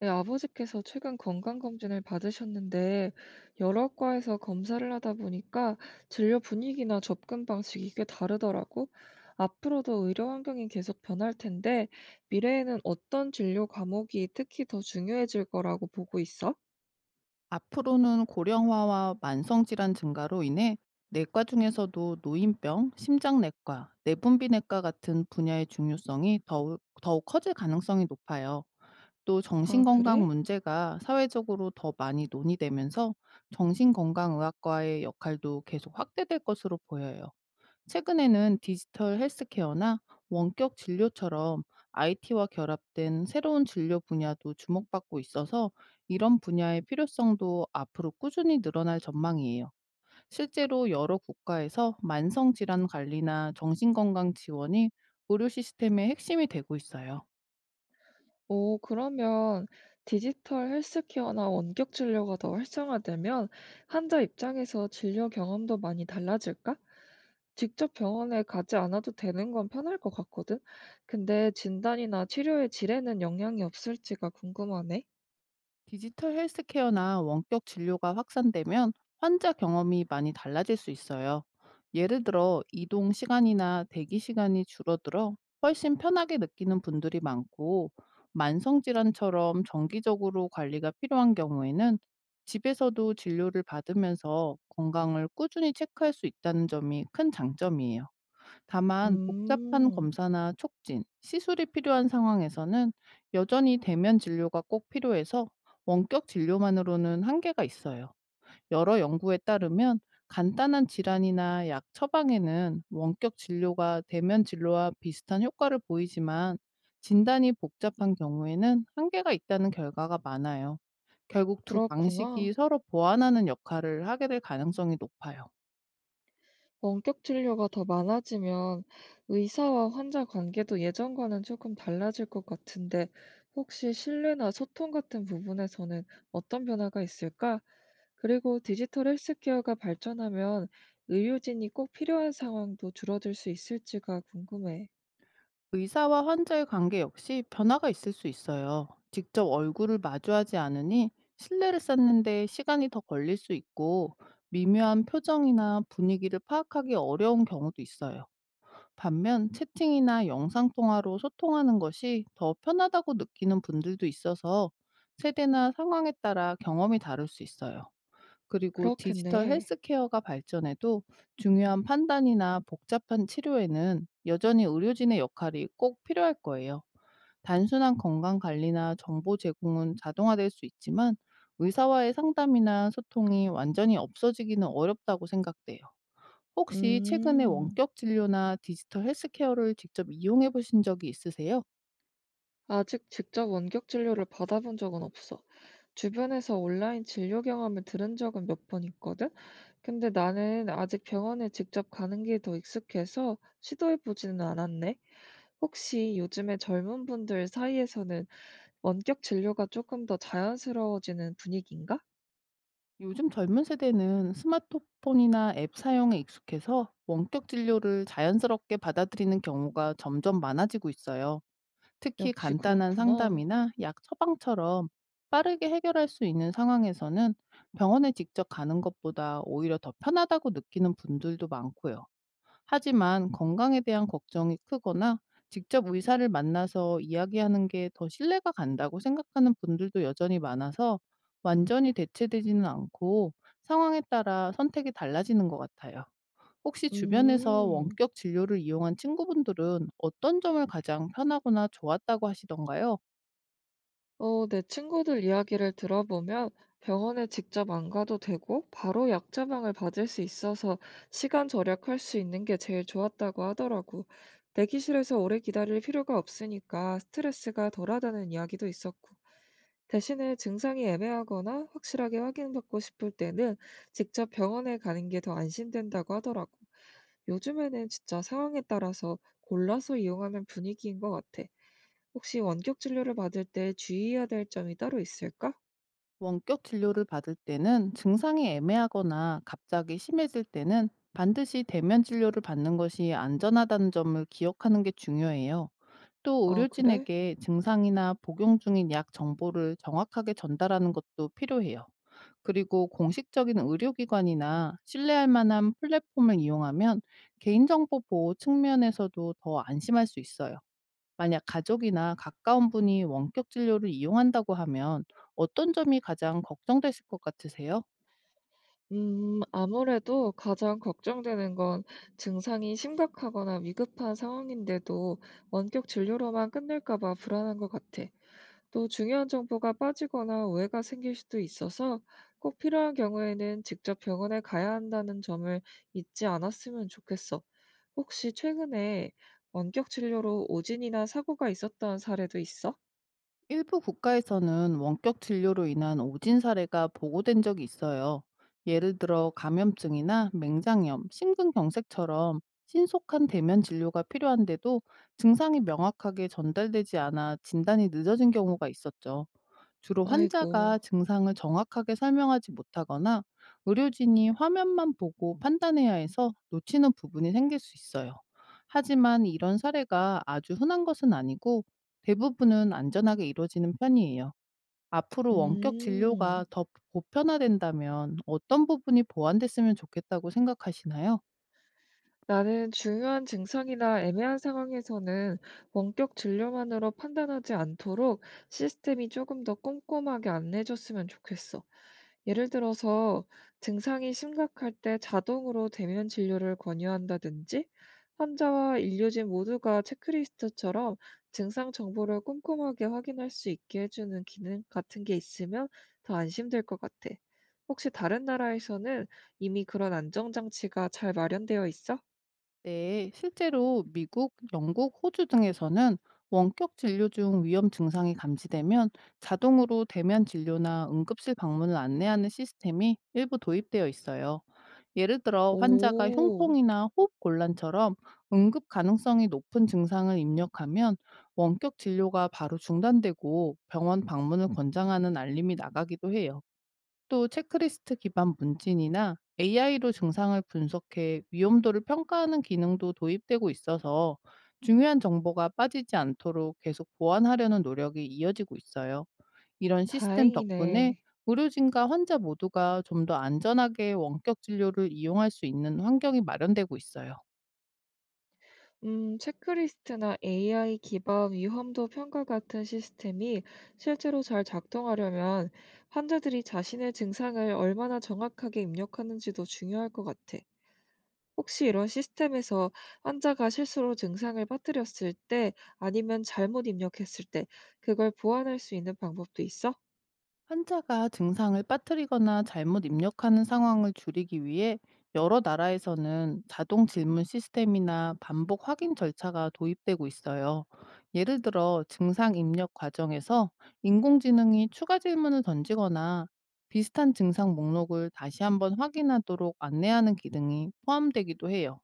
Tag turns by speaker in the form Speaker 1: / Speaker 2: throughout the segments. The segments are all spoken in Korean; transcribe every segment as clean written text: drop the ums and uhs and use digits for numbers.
Speaker 1: 네, 아버지께서 최근 건강검진을 받으셨는데, 여러 과에서 검사를 하다 보니까 진료 분위기나 접근 방식이 꽤 다르더라고. 앞으로도 의료 환경이 계속 변할 텐데, 미래에는 어떤 진료 과목이 특히 더 중요해질 거라고 보고 있어?
Speaker 2: 앞으로는 고령화와 만성질환 증가로 인해 내과 중에서도 노인병, 심장내과, 내분비내과 같은 분야의 중요성이 더욱 커질 가능성이 높아요. 또
Speaker 1: 아,
Speaker 2: 정신건강
Speaker 1: 그래?
Speaker 2: 문제가 사회적으로 더 많이 논의되면서 정신건강의학과의 역할도 계속 확대될 것으로 보여요. 최근에는 디지털 헬스케어나 원격 진료처럼 IT와 결합된 새로운 진료 분야도 주목받고 있어서 이런 분야의 필요성도 앞으로 꾸준히 늘어날 전망이에요. 실제로 여러 국가에서 만성질환 관리나 정신건강 지원이 의료 시스템의 핵심이 되고 있어요.
Speaker 1: 오, 그러면 디지털 헬스케어나 원격 진료가 더 활성화되면 환자 입장에서 진료 경험도 많이 달라질까? 직접 병원에 가지 않아도 되는 건 편할 것 같거든? 근데 진단이나 치료의 질에는 영향이 없을지가 궁금하네.
Speaker 2: 디지털 헬스케어나 원격 진료가 확산되면 환자 경험이 많이 달라질 수 있어요. 예를 들어 이동 시간이나 대기 시간이 줄어들어 훨씬 편하게 느끼는 분들이 많고, 만성 질환처럼 정기적으로 관리가 필요한 경우에는 집에서도 진료를 받으면서 건강을 꾸준히 체크할 수 있다는 점이 큰 장점이에요. 다만 복잡한
Speaker 1: 음,
Speaker 2: 검사나 촉진, 시술이 필요한 상황에서는 여전히 대면 진료가 꼭 필요해서 원격 진료만으로는 한계가 있어요. 여러 연구에 따르면 간단한 질환이나 약 처방에는 원격 진료가 대면 진료와 비슷한 효과를 보이지만, 진단이 복잡한 경우에는 한계가 있다는 결과가 많아요. 결국 두
Speaker 1: 그렇구나.
Speaker 2: 방식이 서로 보완하는 역할을 하게 될 가능성이 높아요.
Speaker 1: 원격 진료가 더 많아지면 의사와 환자 관계도 예전과는 조금 달라질 것 같은데 혹시 신뢰나 소통 같은 부분에서는 어떤 변화가 있을까? 그리고 디지털 헬스케어가 발전하면 의료진이 꼭 필요한 상황도 줄어들 수 있을지가 궁금해.
Speaker 2: 의사와 환자의 관계 역시 변화가 있을 수 있어요. 직접 얼굴을 마주하지 않으니 신뢰를 쌓는데 시간이 더 걸릴 수 있고, 미묘한 표정이나 분위기를 파악하기 어려운 경우도 있어요. 반면 채팅이나 영상통화로 소통하는 것이 더 편하다고 느끼는 분들도 있어서 세대나 상황에 따라 경험이 다를 수 있어요. 그리고 디지털
Speaker 1: 그렇겠네.
Speaker 2: 헬스케어가 발전해도 중요한 판단이나 복잡한 치료에는 여전히 의료진의 역할이 꼭 필요할 거예요. 단순한 건강 관리나 정보 제공은 자동화될 수 있지만, 의사와의 상담이나 소통이 완전히 없어지기는 어렵다고 생각돼요. 혹시 최근에
Speaker 1: 음.
Speaker 2: 원격 진료나 디지털 헬스케어를 직접 이용해 보신 적이 있으세요?
Speaker 1: 아직 직접 원격 진료를 받아본 적은 없어. 주변에서 온라인 진료 경험을 들은 적은 몇 번 있거든? 근데 나는 아직 병원에 직접 가는 게 더 익숙해서 시도해보지는 않았네. 혹시 요즘에 젊은 분들 사이에서는 원격 진료가 조금 더 자연스러워지는 분위기인가?
Speaker 2: 요즘 젊은 세대는 스마트폰이나 앱 사용에 익숙해서 원격 진료를 자연스럽게 받아들이는 경우가 점점 많아지고 있어요. 특히
Speaker 1: 역시
Speaker 2: 간단한
Speaker 1: 그렇구나.
Speaker 2: 상담이나 약 처방처럼 빠르게 해결할 수 있는 상황에서는 병원에 직접 가는 것보다 오히려 더 편하다고 느끼는 분들도 많고요. 하지만 건강에 대한 걱정이 크거나 직접 의사를 만나서 이야기하는 게 더 신뢰가 간다고 생각하는 분들도 여전히 많아서, 완전히 대체되지는 않고 상황에 따라 선택이 달라지는 것 같아요. 혹시 주변에서
Speaker 1: 음.
Speaker 2: 원격 진료를 이용한 친구분들은 어떤 점을 가장 편하거나 좋았다고 하시던가요?
Speaker 1: 내 친구들 이야기를 들어보면 병원에 직접 안 가도 되고 바로 약 처방을 받을 수 있어서 시간 절약할 수 있는 게 제일 좋았다고 하더라고. 대기실에서 오래 기다릴 필요가 없으니까 스트레스가 덜하다는 이야기도 있었고. 대신에 증상이 애매하거나 확실하게 확인받고 싶을 때는 직접 병원에 가는 게 더 안심된다고 하더라고. 요즘에는 진짜 상황에 따라서 골라서 이용하는 분위기인 것 같아. 혹시 원격 진료를 받을 때 주의해야 될 점이 따로 있을까?
Speaker 2: 원격 진료를 받을 때는 증상이 애매하거나 갑자기 심해질 때는 반드시 대면 진료를 받는 것이 안전하다는 점을 기억하는 게 중요해요. 또
Speaker 1: 아, 그래?
Speaker 2: 의료진에게 증상이나 복용 중인 약 정보를 정확하게 전달하는 것도 필요해요. 그리고 공식적인 의료기관이나 신뢰할 만한 플랫폼을 이용하면 개인정보 보호 측면에서도 더 안심할 수 있어요. 만약 가족이나 가까운 분이 원격 진료를 이용한다고 하면 어떤 점이 가장 걱정되실 것 같으세요?
Speaker 1: 아무래도 가장 걱정되는 건 증상이 심각하거나 위급한 상황인데도 원격 진료로만 끝낼까 봐 불안한 것 같아. 또 중요한 정보가 빠지거나 오해가 생길 수도 있어서 꼭 필요한 경우에는 직접 병원에 가야 한다는 점을 잊지 않았으면 좋겠어. 혹시 최근에 원격 진료로 오진이나 사고가 있었던 사례도 있어?
Speaker 2: 일부 국가에서는 원격 진료로 인한 오진 사례가 보고된 적이 있어요. 예를 들어 감염증이나 맹장염, 심근경색처럼 신속한 대면 진료가 필요한데도 증상이 명확하게 전달되지 않아 진단이 늦어진 경우가 있었죠. 주로
Speaker 1: 아이고.
Speaker 2: 환자가 증상을 정확하게 설명하지 못하거나 의료진이 화면만 보고 판단해야 해서 놓치는 부분이 생길 수 있어요. 하지만 이런 사례가 아주 흔한 것은 아니고 대부분은 안전하게 이루어지는 편이에요. 앞으로 원격 진료가
Speaker 1: 음.
Speaker 2: 더 보편화된다면 어떤 부분이 보완됐으면 좋겠다고 생각하시나요?
Speaker 1: 나는 중요한 증상이나 애매한 상황에서는 원격 진료만으로 판단하지 않도록 시스템이 조금 더 꼼꼼하게 안내해줬으면 좋겠어. 예를 들어서 증상이 심각할 때 자동으로 대면 진료를 권유한다든지 환자와 의료진 모두가 체크리스트처럼 증상 정보를 꼼꼼하게 확인할 수 있게 해주는 기능 같은 게 있으면 더 안심될 것 같아. 혹시 다른 나라에서는 이미 그런 안전장치가 잘 마련되어 있어?
Speaker 2: 네, 실제로 미국, 영국, 호주 등에서는 원격 진료 중 위험 증상이 감지되면 자동으로 대면 진료나 응급실 방문을 안내하는 시스템이 일부 도입되어 있어요. 예를 들어 환자가
Speaker 1: 오.
Speaker 2: 흉통이나 호흡 곤란처럼 응급 가능성이 높은 증상을 입력하면 원격 진료가 바로 중단되고 병원 방문을 권장하는 알림이 나가기도 해요. 또 체크리스트 기반 문진이나 AI로 증상을 분석해 위험도를 평가하는 기능도 도입되고 있어서 중요한 정보가 빠지지 않도록 계속 보완하려는 노력이 이어지고 있어요. 이런 시스템 덕분에
Speaker 1: 다행이네.
Speaker 2: 의료진과 환자 모두가 좀 더 안전하게 원격 진료를 이용할 수 있는 환경이 마련되고 있어요.
Speaker 1: 체크리스트나 AI 기반 위험도 평가 같은 시스템이 실제로 잘 작동하려면 환자들이 자신의 증상을 얼마나 정확하게 입력하는지도 중요할 것 같아. 혹시 이런 시스템에서 환자가 실수로 증상을 빠뜨렸을 때 아니면 잘못 입력했을 때 그걸 보완할 수 있는 방법도 있어?
Speaker 2: 환자가 증상을 빠뜨리거나 잘못 입력하는 상황을 줄이기 위해 여러 나라에서는 자동 질문 시스템이나 반복 확인 절차가 도입되고 있어요. 예를 들어 증상 입력 과정에서 인공지능이 추가 질문을 던지거나 비슷한 증상 목록을 다시 한번 확인하도록 안내하는 기능이 포함되기도 해요.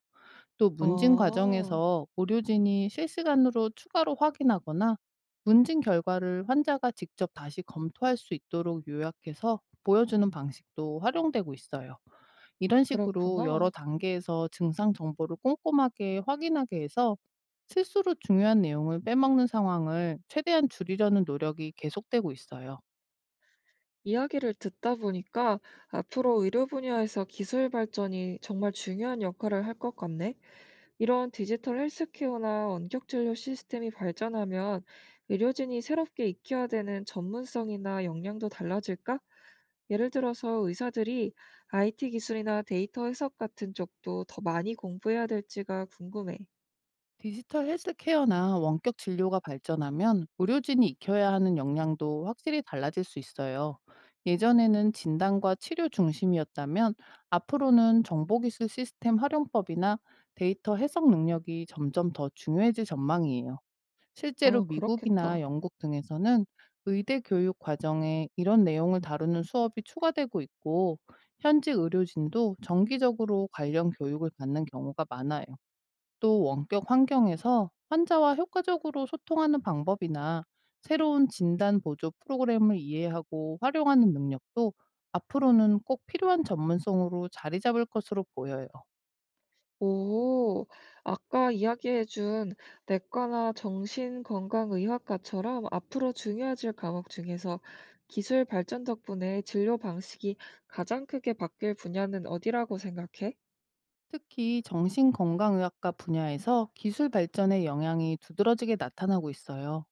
Speaker 2: 또
Speaker 1: 아,
Speaker 2: 문진 과정에서 의료진이 실시간으로 추가로 확인하거나 문진 결과를 환자가 직접 다시 검토할 수 있도록 요약해서 보여주는 방식도 활용되고 있어요. 이런 식으로 여러
Speaker 1: 그렇구나.
Speaker 2: 단계에서 증상 정보를 꼼꼼하게 확인하게 해서 실수로 중요한 내용을 빼먹는 상황을 최대한 줄이려는 노력이 계속되고 있어요.
Speaker 1: 이야기를 듣다 보니까 앞으로 의료 분야에서 기술 발전이 정말 중요한 역할을 할 것 같네. 이런 디지털 헬스케어나 원격 진료 시스템이 발전하면 의료진이 새롭게 익혀야 되는 전문성이나 역량도 달라질까? 예를 들어서 의사들이 IT 기술이나 데이터 해석 같은 쪽도 더 많이 공부해야 될지가 궁금해.
Speaker 2: 디지털 헬스케어나 원격 진료가 발전하면 의료진이 익혀야 하는 역량도 확실히 달라질 수 있어요. 예전에는 진단과 치료 중심이었다면 앞으로는 정보기술 시스템 활용법이나 데이터 해석 능력이 점점 더 중요해질 전망이에요. 실제로
Speaker 1: 아,
Speaker 2: 미국이나
Speaker 1: 그렇겠다.
Speaker 2: 영국 등에서는 의대 교육 과정에 이런 내용을 다루는 수업이 추가되고 있고, 현지 의료진도 정기적으로 관련 교육을 받는 경우가 많아요. 또 원격 환경에서 환자와 효과적으로 소통하는 방법이나 새로운 진단 보조 프로그램을 이해하고 활용하는 능력도 앞으로는 꼭 필요한 전문성으로 자리 잡을 것으로 보여요.
Speaker 1: 오, 아까 이야기해 준 내과나 정신건강의학과처럼 앞으로 중요해질 과목 중에서 기술 발전 덕분에 진료 방식이 가장 크게 바뀔 분야는 어디라고 생각해?
Speaker 2: 특히 정신건강의학과 분야에서 기술 발전의 영향이 두드러지게 나타나고 있어요.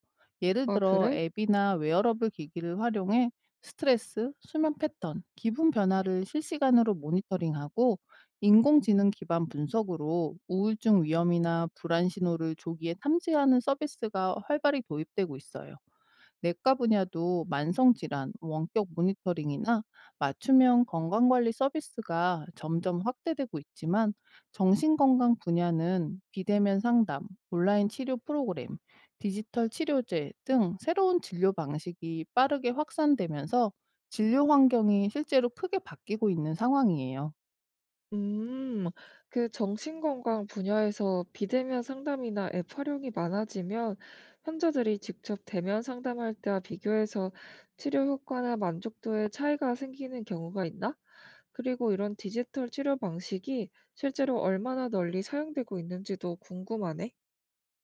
Speaker 2: 예를
Speaker 1: 아,
Speaker 2: 들어
Speaker 1: 그래?
Speaker 2: 앱이나 웨어러블 기기를 활용해 스트레스, 수면 패턴, 기분 변화를 실시간으로 모니터링하고, 인공지능 기반 분석으로 우울증 위험이나 불안 신호를 조기에 탐지하는 서비스가 활발히 도입되고 있어요. 내과 분야도 만성질환, 원격 모니터링이나 맞춤형 건강관리 서비스가 점점 확대되고 있지만, 정신건강 분야는 비대면 상담, 온라인 치료 프로그램, 디지털 치료제 등 새로운 진료 방식이 빠르게 확산되면서 진료 환경이 실제로 크게 바뀌고 있는 상황이에요.
Speaker 1: 음, 그 정신건강 분야에서 비대면 상담이나 앱 활용이 많아지면 환자들이 직접 대면 상담할 때와 비교해서 치료 효과나 만족도에 차이가 생기는 경우가 있나? 그리고 이런 디지털 치료 방식이 실제로 얼마나 널리 사용되고 있는지도 궁금하네.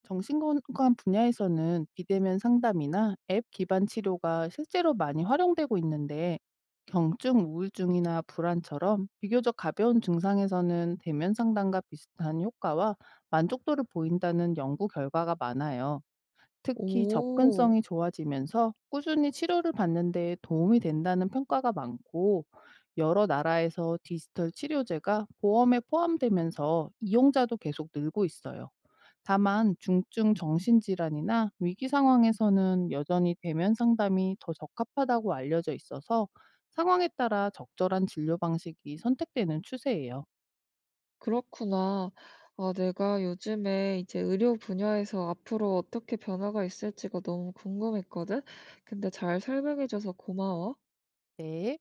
Speaker 2: 정신건강 분야에서는 비대면 상담이나 앱 기반 치료가 실제로 많이 활용되고 있는데, 경증, 우울증이나 불안처럼 비교적 가벼운 증상에서는 대면 상담과 비슷한 효과와 만족도를 보인다는 연구 결과가 많아요. 특히
Speaker 1: 오,
Speaker 2: 접근성이 좋아지면서 꾸준히 치료를 받는 데 도움이 된다는 평가가 많고, 여러 나라에서 디지털 치료제가 보험에 포함되면서 이용자도 계속 늘고 있어요. 다만 중증 정신질환이나 위기 상황에서는 여전히 대면 상담이 더 적합하다고 알려져 있어서 상황에 따라 적절한 진료 방식이 선택되는 추세예요.
Speaker 1: 그렇구나. 아, 내가 요즘에 이제 의료 분야에서 앞으로 어떻게 변화가 있을지가 너무 궁금했거든? 근데 잘 설명해줘서 고마워.
Speaker 2: 네.